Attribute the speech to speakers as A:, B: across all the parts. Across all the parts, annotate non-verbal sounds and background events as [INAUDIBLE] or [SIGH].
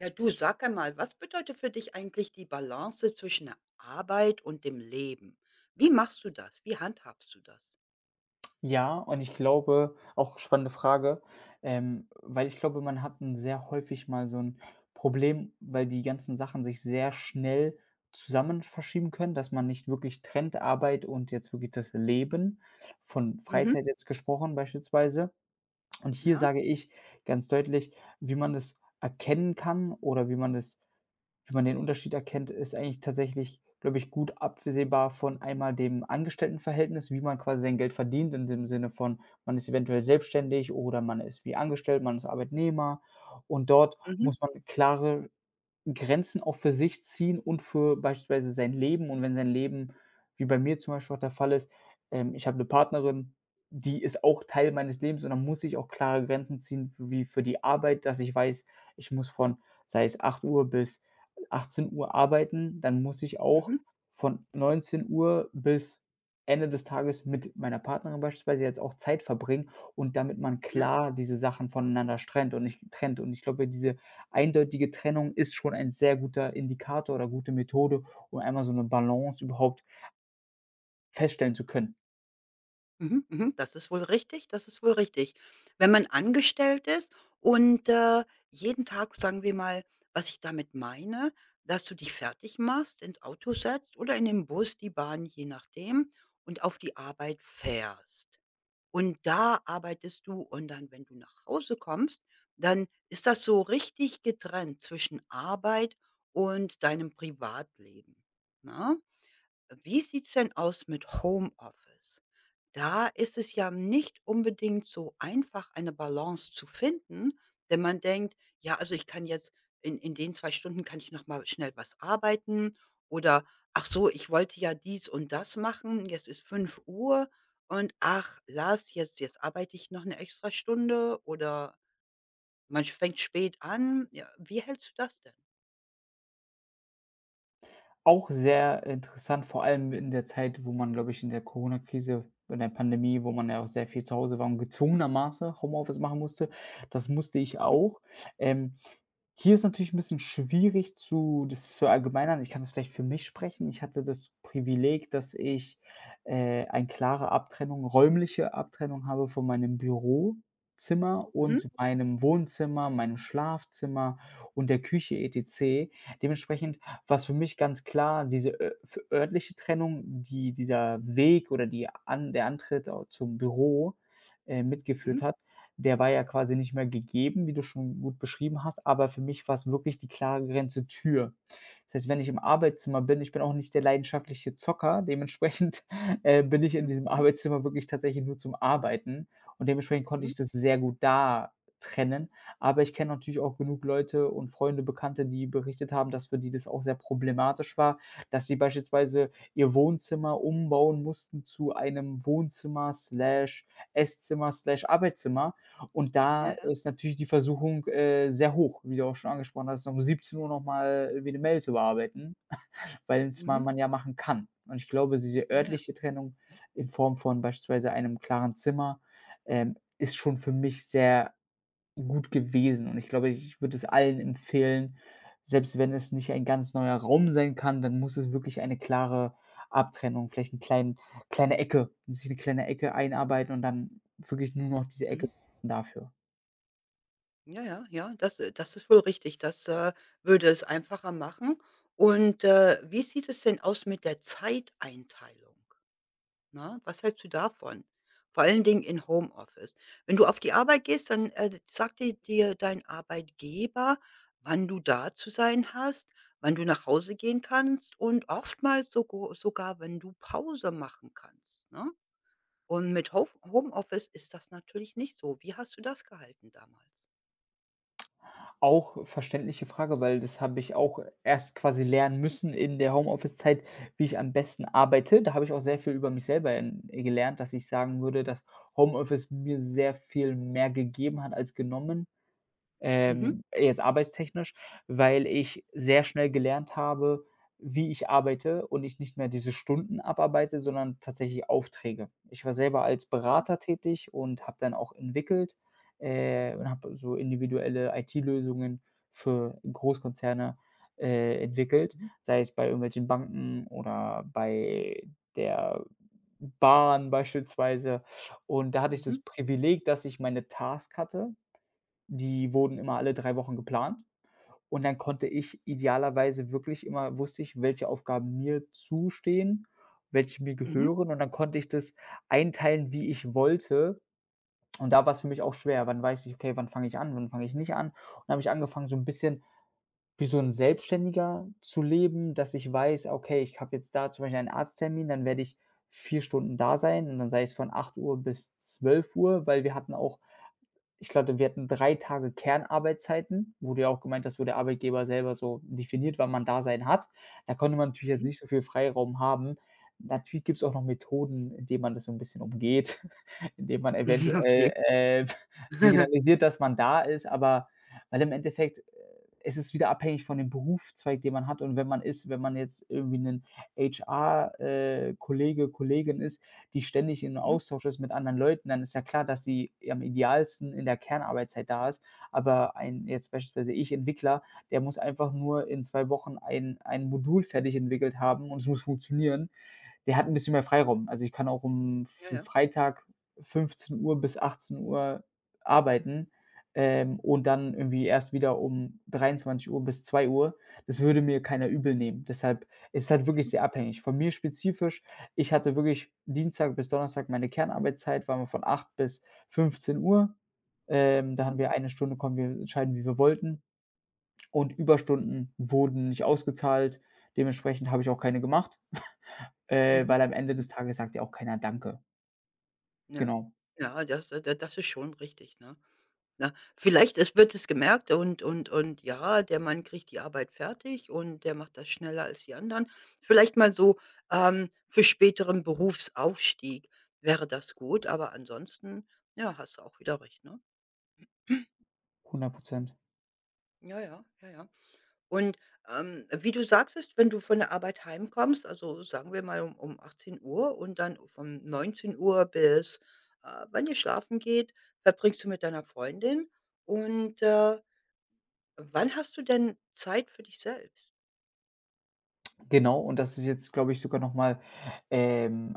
A: Ja, du sag einmal, was bedeutet für dich eigentlich die Balance zwischen der Arbeit und dem Leben? Wie machst du das? Wie handhabst du das?
B: Ja, und ich glaube auch spannende Frage, weil ich glaube, man hat ein sehr häufig mal so ein Problem, weil die ganzen Sachen sich sehr schnell zusammen verschieben können, dass man nicht wirklich trennt, Arbeit und jetzt wirklich das Leben, von
A: Mhm,
B: Freizeit jetzt gesprochen beispielsweise. Und hier
A: ja,
B: sage ich ganz deutlich, wie man das erkennen kann oder wie man den Unterschied erkennt, ist eigentlich tatsächlich, glaube ich, gut absehbar von einmal dem Angestelltenverhältnis, wie man quasi sein Geld verdient, in dem Sinne von, man ist eventuell selbstständig oder man ist wie angestellt, man ist Arbeitnehmer. Und dort
A: mhm,
B: muss man klare Grenzen auch für sich ziehen und für beispielsweise sein Leben. Und wenn sein Leben, wie bei mir zum Beispiel auch der Fall ist, ich habe eine Partnerin, die ist auch Teil meines Lebens, und dann muss ich auch klare Grenzen ziehen, wie für die Arbeit, dass ich weiß, ich muss von, sei es 8 Uhr bis 18 Uhr arbeiten, dann muss ich auch
A: mhm,
B: von 19 Uhr bis Ende des Tages mit meiner Partnerin beispielsweise jetzt auch Zeit verbringen, und damit man
A: ja,
B: klar diese Sachen voneinander trennt und nicht trennt. Und ich glaube, diese eindeutige Trennung ist schon ein sehr guter Indikator oder gute Methode, um einmal so eine Balance überhaupt feststellen zu können.
A: mhm, mhm. Das ist wohl richtig, das ist wohl richtig. Wenn man angestellt ist und, jeden Tag, sagen wir mal, was ich damit meine, dass du dich fertig machst, ins Auto setzt oder in den Bus, die Bahn, je nachdem, und auf die Arbeit fährst. Und da arbeitest du und dann, wenn du nach Hause kommst, dann ist das so richtig getrennt zwischen Arbeit und deinem Privatleben, ne? Wie sieht's denn aus mit Homeoffice? Da ist es ja nicht unbedingt so einfach, eine Balance zu finden, wenn man denkt: „Ja, also, ich kann jetzt in den 2 Stunden kann ich noch mal schnell was arbeiten“ oder „Ach so, ich wollte ja dies und das machen, jetzt ist 5 Uhr und ach, lass, jetzt arbeite ich noch eine extra Stunde“ oder man fängt spät an. Ja, wie hältst du das denn?
B: Auch sehr interessant, vor allem in der Zeit, wo man, glaube ich, in der Corona-Krise, in der Pandemie, wo man ja auch sehr viel zu Hause war und gezwungenermaßen Homeoffice machen musste. Das musste ich
A: Mhm.
B: auch. Ähm, hier ist natürlich ein bisschen schwierig zu das zu allgemeinern. Ich kann das vielleicht für mich sprechen. Ich hatte das Privileg, dass ich, eine klare Abtrennung räumliche Abtrennung habe von meinem Bürozimmer
A: Mhm.
B: und meinem Wohnzimmer, meinem Schlafzimmer und der Küche et cetera. Dementsprechend was für mich ganz klar diese ö f örtliche Trennung, dieser Weg oder die an der Antritt au zum Büro,
A: Mhm.
B: mitgeführt hat, der war ja quasi nicht mehr gegeben, wie du schon gut beschrieben hast, aber für mich war es wirklich die klare Grenze Tür. Das heißt, wenn ich im Arbeitszimmer bin, ich bin auch nicht der leidenschaftliche Zocker, dementsprechend, [LAUGHS] bin ich in
A: Mhm.
B: diesem
A: Mhm.
B: Arbeitszimmer wirklich tatsächlich nur zum Arbeiten, und dementsprechend konnte
A: Mhm.
B: ich das sehr gut da trennen. Aber ich kenne natürlich auch genug Leute und Freunde, Bekannte, die berichtet haben, dass für die das auch sehr problematisch war, dass sie beispielsweise ihr Wohnzimmer umbauen mussten zu einem Wohnzimmer/Esszimmer/Arbeitszimmer. Und da
A: Ja, ja.
B: ist natürlich die Versuchung, sehr hoch, wie du auch schon angesprochen hast, um 17 Uhr noch mal irgendwie 'ne Mail zu bearbeiten, weil's man
A: Mhm.
B: man ja machen kann. Und ich glaube, diese
A: Ja, ja.
B: örtliche Trennung in Form von beispielsweise einem klaren Zimmer, ist schon für mich sehr gut gewesen, und ich glaube, ich würde es allen empfehlen, selbst wenn es nicht ein ganz neuer Raum sein kann, dann muss es wirklich eine klare Abtrennung, vielleicht 'n kleine kleine Ecke sich eine kleine Ecke einarbeiten und dann wirklich nur noch diese Ecke
A: Mhm.
B: nutzen dafür.
A: Ja, ja, ja, das ist wohl richtig. Das würde es einfacher machen. Und, wie sieht es denn aus mit der Zeiteinteilung? Ne? Was hältst du davon? Vor allen Dingen in Homeoffice. Wenn du auf die Arbeit gehst, dann, sagt dir dein Arbeitgeber, wann du da zu sein hast, wann du nach Hause gehen kannst und oftmals sogo sogar, wenn du Pause machen kannst, ne? Und mit Hof Homeoffice ist das natürlich nicht so. Wie hast du das gehalten damals?
B: Auch verständliche Frage, weil das habe ich auch erst quasi lernen müssen in der Homeoffice-Zeit, wie ich am besten arbeite. Da habe ich auch sehr viel über mich selber en gelernt, dass ich sagen würde, dass Homeoffice mir sehr viel mehr gegeben hat als genommen.
A: Mhm.
B: Jetzt arbeitstechnisch, weil ich sehr schnell gelernt habe, wie ich arbeite und ich nicht mehr diese Stunden abarbeite, sondern tatsächlich Aufträge. Ich war selber als Berater tätig und habe dann auch entwickelt, und habe so individuelle IT-Lösungen für Großkonzerne, entwickelt,
A: Mhm.
B: sei es bei irgendwelchen Banken oder bei der Bahn beispielsweise. Und da hatte ich
A: Mhm.
B: das Privileg, dass ich meine Task hatte, die wurden immer alle 3 Wochen geplant, und dann konnte ich idealerweise wirklich immer wusste ich, welche Aufgaben mir zustehen, welche mir
A: Mhm.
B: gehören, und dann konnte ich das einteilen, wie ich wollte. Und da war es für mich auch schwer. Wann weiß ich: „Okay, wann fange ich an, wann fange ich nicht an?" Und dann habe ich angefangen, so ein bisschen wie so ein Selbstständiger zu leben, dass ich weiß: „Okay, ich habe jetzt da zum Beispiel einen Arzttermin, dann werde ich 4 Stunden da sein", und dann sei es von 8 Uhr bis 12 Uhr, weil wir hatten auch, ich glaube, wir hatten 3 Tage Kernarbeitszeiten. Wurde ja auch gemeint, dass wo der Arbeitgeber selber so definiert, wann man da sein hat. Da konnte man natürlich jetzt
A: Mhm.
B: nicht so viel Freiraum haben. Natürlich gibt es auch noch Methoden, indem man das so ein bisschen umgeht, [LAUGHS] indem man
A: [LAUGHS] Okay.
B: eventuell, [LAUGHS]
A: [LAUGHS]
B: signalisiert, dass man da ist, aber weil im Endeffekt, es ist wieder abhängig von dem Berufszweig, den man hat, und wenn man jetzt irgendwie 'nen HR, Kollege, Kollegin ist, die ständig in
A: Mhm.
B: Austausch ist mit anderen Leuten, dann ist ja klar, dass sie am idealsten in der Kernarbeitszeit da ist. Aber ein, jetzt beispielsweise ich Entwickler, der muss einfach nur in 2 Wochen ein Modul fertig entwickelt haben und es muss funktionieren, der hat ein bisschen mehr Freiraum. Also ich kann auch um
A: Ja, ja.
B: Freitag 15 Uhr bis 18 Uhr arbeiten, und dann irgendwie erst wieder um 23 Uhr bis 2 Uhr. Das würde mir keiner übel nehmen. Deshalb ist es halt
A: Mhm.
B: wirklich sehr abhängig. Von mir spezifisch, ich hatte wirklich Dienstag bis Donnerstag meine Kernarbeitszeit, waren wir von 8 bis 15 Uhr. Da
A: Mhm.
B: haben wir eine Stunde, konnten wir entscheiden, wie wir wollten, und Überstunden wurden nicht ausgezahlt. Dementsprechend habe ich auch keine gemacht, [LAUGHS]
A: Mhm.
B: weil am Ende
A: Mhm.
B: des Tages sagt ja auch keiner Danke.
A: Ja.
B: Genau,
A: Ja, das ist schon richtig, ne? Ne? Vielleicht es wird es gemerkt und ja, der Mann kriegt die Arbeit fertig und der macht das schneller als die anderen. Vielleicht mal so, für späteren Berufsaufstieg wäre das gut, aber ansonsten, ja, hast du auch wieder recht, ne? [CLEARS THROAT]
B: 100%.
A: Ja, ja, ja, ja. Und, wie du sagst ist wenn du von der Arbeit heimkommst, also sagen wir mal um 18 Uhr und dann von 19 Uhr bis, wann ihr schlafen geht, verbringst du mit deiner Freundin und, wann hast du denn Zeit für dich selbst?
B: Genau, und das ist jetzt, glaube ich, sogar noch mal, ähm,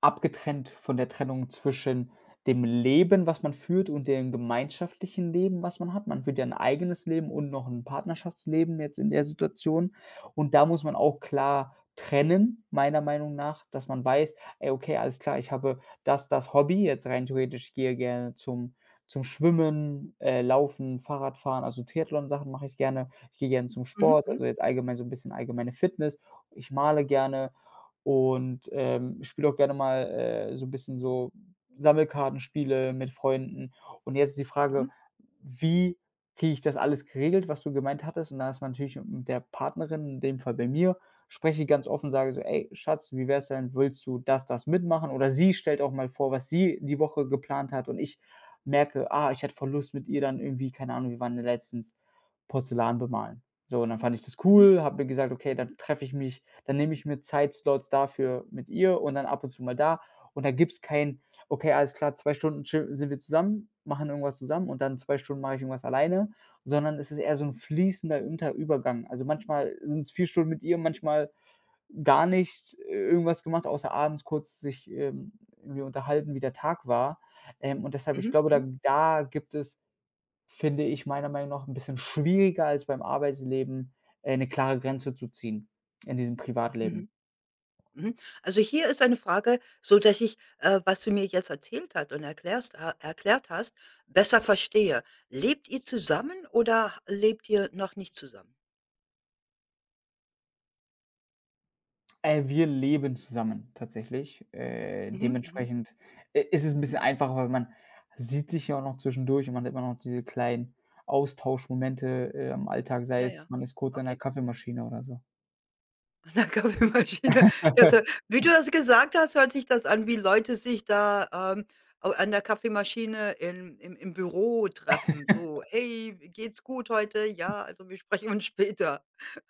B: abgetrennt von der Trennung zwischen dem Leben, was man führt, und dem gemeinschaftlichen Leben, was man hat. Man führt ja 'n eigenes Leben und noch ein Partnerschaftsleben jetzt in der Situation. Und da muss man auch klar trennen, meiner Meinung nach, dass man weiß: „Ey, okay, alles klar, ich habe das, das Hobby." Jetzt rein theoretisch, ich gehe gerne zum Schwimmen, Laufen, Fahrradfahren, also Triathlon-Sachen mache ich gerne. Ich gehe gerne zum
A: Mhm,
B: Sport,
A: mhm,
B: also jetzt allgemein so ein bisschen allgemeine Fitness, ich male gerne, und, spiele auch gerne mal, so ein bisschen so Sammelkartenspiele mit Freunden. Und jetzt die Frage:
A: mhm,
B: Wie kriege ich das alles geregelt, was du gemeint hattest? Und da ist man natürlich mit der Partnerin, in dem Fall bei mir spreche ich ganz offen, sage so: „Ey, Schatz, wie wär's denn, willst du das mitmachen?" Oder sie stellt auch mal vor, was sie die Woche geplant hat, und ich merke: „Ah, ich hätte voll Lust mit ihr dann irgendwie", keine Ahnung, wir waren ja letztens Porzellan bemalen. So, und dann fand ich das
A: mhm,
B: cool, habe mir gesagt: „Okay, dann treffe ich mich, dann nehme ich mir Zeitslots dafür mit ihr und dann ab und zu mal da." Und da gibt es kein, okay, alles klar, 2 Stunden sind wir zusammen, machen irgendwas zusammen, und dann 2 Stunden mache ich irgendwas alleine, sondern es ist eher so ein fließender Unter Übergang. Also manchmal sind es 4 Stunden mit ihr, manchmal gar nicht irgendwas gemacht, außer abends kurz sich irgendwie unterhalten, wie der Tag war. Und deshalb, ich
A: mhm,
B: glaube, da,
A: mhm,
B: da gibt es Finde ich meiner Meinung nach ein bisschen schwieriger als beim Arbeitsleben, 'ne klare Grenze zu ziehen in diesem
A: mhm,
B: Privatleben.
A: mhm. Also, hier ist eine Frage, so dass ich, was du mir jetzt erzählt hat und erklärst ha erklärt hast, besser verstehe. Lebt ihr zusammen oder lebt ihr noch nicht zusammen?
B: Wir leben zusammen tatsächlich. Äh,
A: Mhm, mhm.
B: dementsprechend, ist es ein bisschen einfacher, weil man sieht sich ja auch noch zwischendurch und man hat immer noch diese kleinen Austauschmomente, im Alltag, sei
A: Ja, ja.
B: es, man ist kurz an
A: Okay.
B: der Kaffeemaschine oder so.
A: An der Kaffeemaschine. Also,
B: [LAUGHS]
A: wie du das gesagt hast, hört sich das an, wie Leute sich da, au an der Kaffeemaschine in im im Büro treffen. So: „Hey, geht's gut heute? Ja, also, wir sprechen uns später.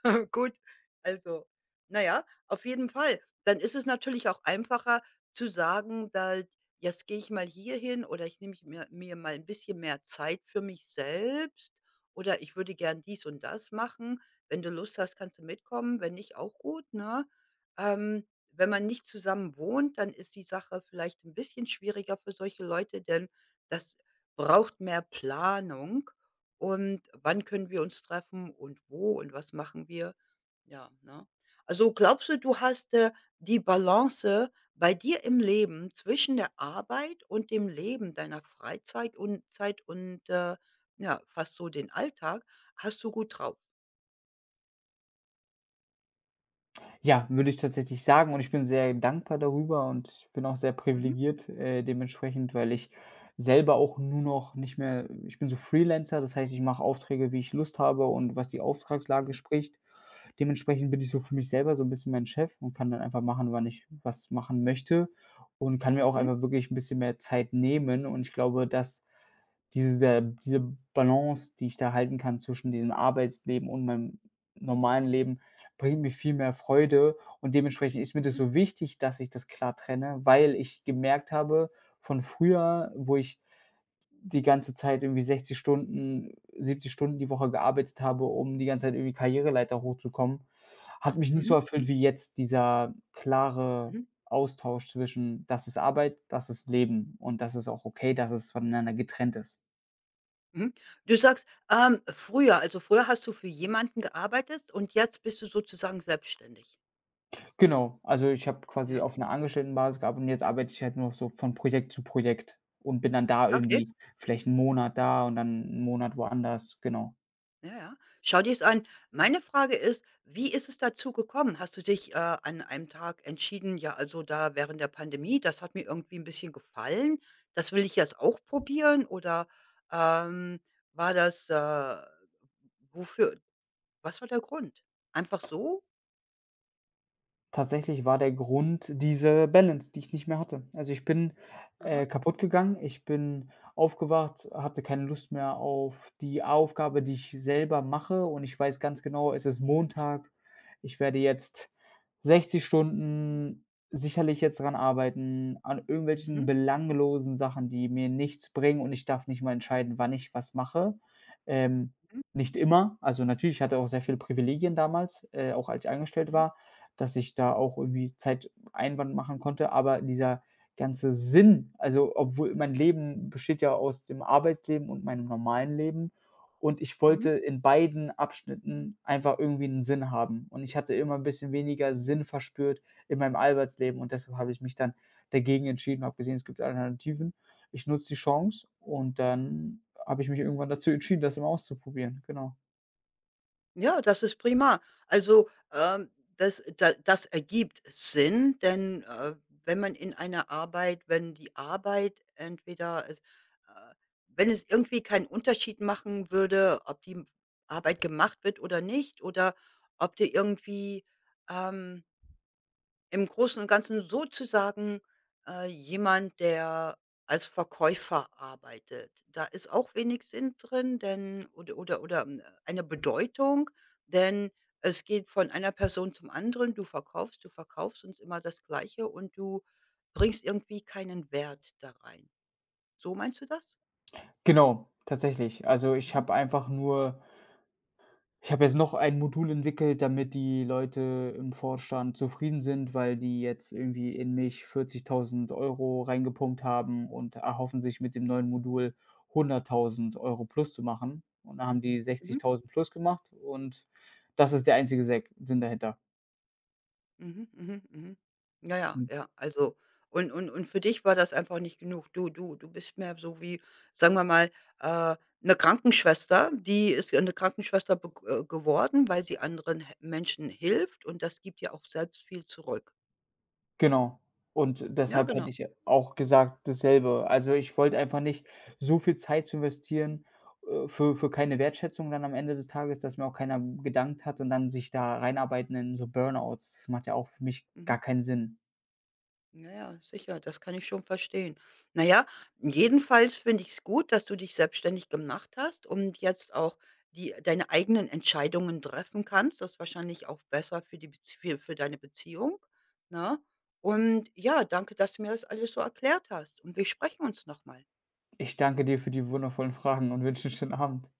A: [LAUGHS] Gut.“ Also, na ja, auf jeden Fall. Dann ist es natürlich auch einfacher zu sagen, da „Jetzt gehe ich mal hierhin“ oder „Ich nehme ich mir mal ein bisschen mehr Zeit für mich selbst“ oder „Ich würde gern dies und das machen.“ Wenn du Lust hast, kannst du mitkommen, wenn nicht, auch gut, ne? Ähm, Wenn man nicht zusammen wohnt, dann ist die Sache vielleicht ein bisschen schwieriger für solche Leute, denn das braucht mehr Planung und wann können wir uns treffen und wo und was machen wir? Ja, ne? Also, glaubst du, du hast, die Balance bei dir im Leben zwischen der Arbeit und dem Leben deiner Freizeit und Zeit und, ja, fast so den Alltag hast du gut drauf?
B: Ja, würde ich tatsächlich sagen, und ich bin sehr dankbar darüber, und ich bin auch sehr
A: Mhm.
B: privilegiert, dementsprechend, weil ich selber auch nur noch nicht mehr, ich bin so Freelancer, das heißt, ich mache Aufträge, wie ich Lust habe und was die Auftragslage
A: Mhm.
B: spricht. Dementsprechend bin ich so für mich selber so ein bisschen mein Chef und kann dann einfach machen, wann ich was machen möchte, und kann mir auch
A: Mhm,
B: einfach wirklich ein bisschen mehr Zeit nehmen. Und ich glaube, dass diese Balance, die ich da halten kann zwischen dem Arbeitsleben und meinem normalen Leben, bringt mir viel mehr Freude. Und dementsprechend ist mir das
A: mhm,
B: so wichtig, dass ich das klar trenne, weil ich gemerkt habe von früher, wo ich die ganze Zeit irgendwie 60 Stunden, 70 Stunden die Woche gearbeitet habe, um die ganze Zeit irgendwie Karriereleiter hochzukommen, hat mich nicht so
A: mhm, mhm,
B: erfüllt wie jetzt dieser klare
A: mhm,
B: Austausch zwischen: „Das ist Arbeit, das ist Leben und das ist auch okay, dass es voneinander getrennt ist."
A: mhm. Du sagst, früher, also früher hast du für jemanden gearbeitet und jetzt bist du sozusagen selbstständig.
B: Genau, also ich habe quasi
A: Ja,
B: auf 'ner Angestelltenbasis gearbeitet, und jetzt arbeite ich halt nur so von Projekt zu Projekt und bin dann da
A: okay,
B: irgendwie vielleicht 'n Monat da und dann 'n Monat woanders, genau.
A: ja, ja. Schau dir es an. Meine Frage ist, wie ist es dazu gekommen? Hast du dich, an einem Tag entschieden: „Ja, also da während der Pandemie, das hat mir irgendwie ein bisschen gefallen, das will ich jetzt auch probieren?“ Oder, ähm, war das, wofür was war der Grund? Einfach so?
B: Tatsächlich war der Grund diese Balance, die ich nicht mehr hatte. Also, ich bin,
A: Aha.
B: kaputt gegangen. Ich bin aufgewacht, hatte keine Lust mehr auf die Aufgabe, die ich selber mache, und ich weiß ganz genau, es ist Montag. Ich werde jetzt 60 Stunden sicherlich jetzt dran arbeiten, an
A: Mhm,
B: irgendwelchen belanglosen Sachen, die mir nichts bringen, und ich darf nicht mal entscheiden, wann ich was mache. Ähm,
A: mhm,
B: nicht immer, also natürlich, ich hatte auch sehr viele Privilegien damals, auch als ich angestellt
A: mhm,
B: war, dass ich da auch irgendwie Zeiteinwand machen konnte, aber dieser ganze Sinn, also, obwohl mein Leben besteht ja aus dem Arbeitsleben und meinem normalen Leben, und ich wollte
A: mhm.
B: in beiden Abschnitten einfach irgendwie einen Sinn haben, und ich hatte immer ein bisschen weniger Sinn verspürt in meinem Arbeitsleben, und deshalb habe ich mich dann dagegen entschieden, habe gesehen, es gibt Alternativen. Ich nutze die Chance, und dann habe ich mich irgendwann dazu entschieden, das mal auszuprobieren, genau.
A: Ja, das ist prima. Also, das da das ergibt Sinn, denn, wenn man in einer Arbeit wenn die Arbeit entweder es wenn es irgendwie keinen Unterschied machen würde, ob die Arbeit gemacht wird oder nicht oder ob du irgendwie, ähm im Großen und Ganzen sozusagen, jemand, der als Verkäufer arbeitet. Da ist auch wenig Sinn drin, denn oder, hm, eine Bedeutung, denn es geht von einer Person zum anderen. Du verkaufst uns immer das Gleiche und du bringst irgendwie keinen Wert da rein. So meinst du das?
B: Genau, tatsächlich. Also, ich
A: Mhm.
B: habe einfach nur, ich habe jetzt noch ein Modul entwickelt, damit die Leute im Vorstand zufrieden sind, weil die jetzt irgendwie in mich 40.000 € reingepumpt haben und erhoffen sich mit dem neuen Modul 100.000 € plus zu machen. Und da haben die
A: Mhm.
B: 60.000 plus gemacht, und das ist der einzige Sek Sinn dahinter.
A: Mhm, mhm, mhm. Ja, ja, ja, also und für dich war das einfach nicht genug. Du bist mehr so wie, sagen wir mal, äh, 'ne Krankenschwester. Die ist eine Krankenschwester beg geworden, weil sie anderen h Menschen hilft und das gibt ja auch selbst viel zurück.
B: Genau. Und
A: Ja,
B: deshalb hätte
A: genau.
B: ich auch gesagt dasselbe. Also, ich wollte einfach nicht so viel Zeit zu investieren, für keine Wertschätzung dann am Ende des Tages, dass mir auch keiner gedankt hat, und dann sich da reinarbeiten in so Burnouts. Das macht ja auch für mich
A: Mhm.
B: gar keinen Sinn.
A: Ja, ja, sicher, das kann ich schon verstehen. Na ja, jedenfalls finde ich es gut, dass du dich selbstständig gemacht hast und jetzt auch die deine eigenen Entscheidungen treffen kannst. Das ist wahrscheinlich auch besser für die Bezie für deine Beziehung. Na. Und ja, danke, dass du mir das alles so erklärt hast und wir sprechen uns noch mal.
B: Ich danke dir für die wundervollen Fragen und wünsche 'n schönen Abend.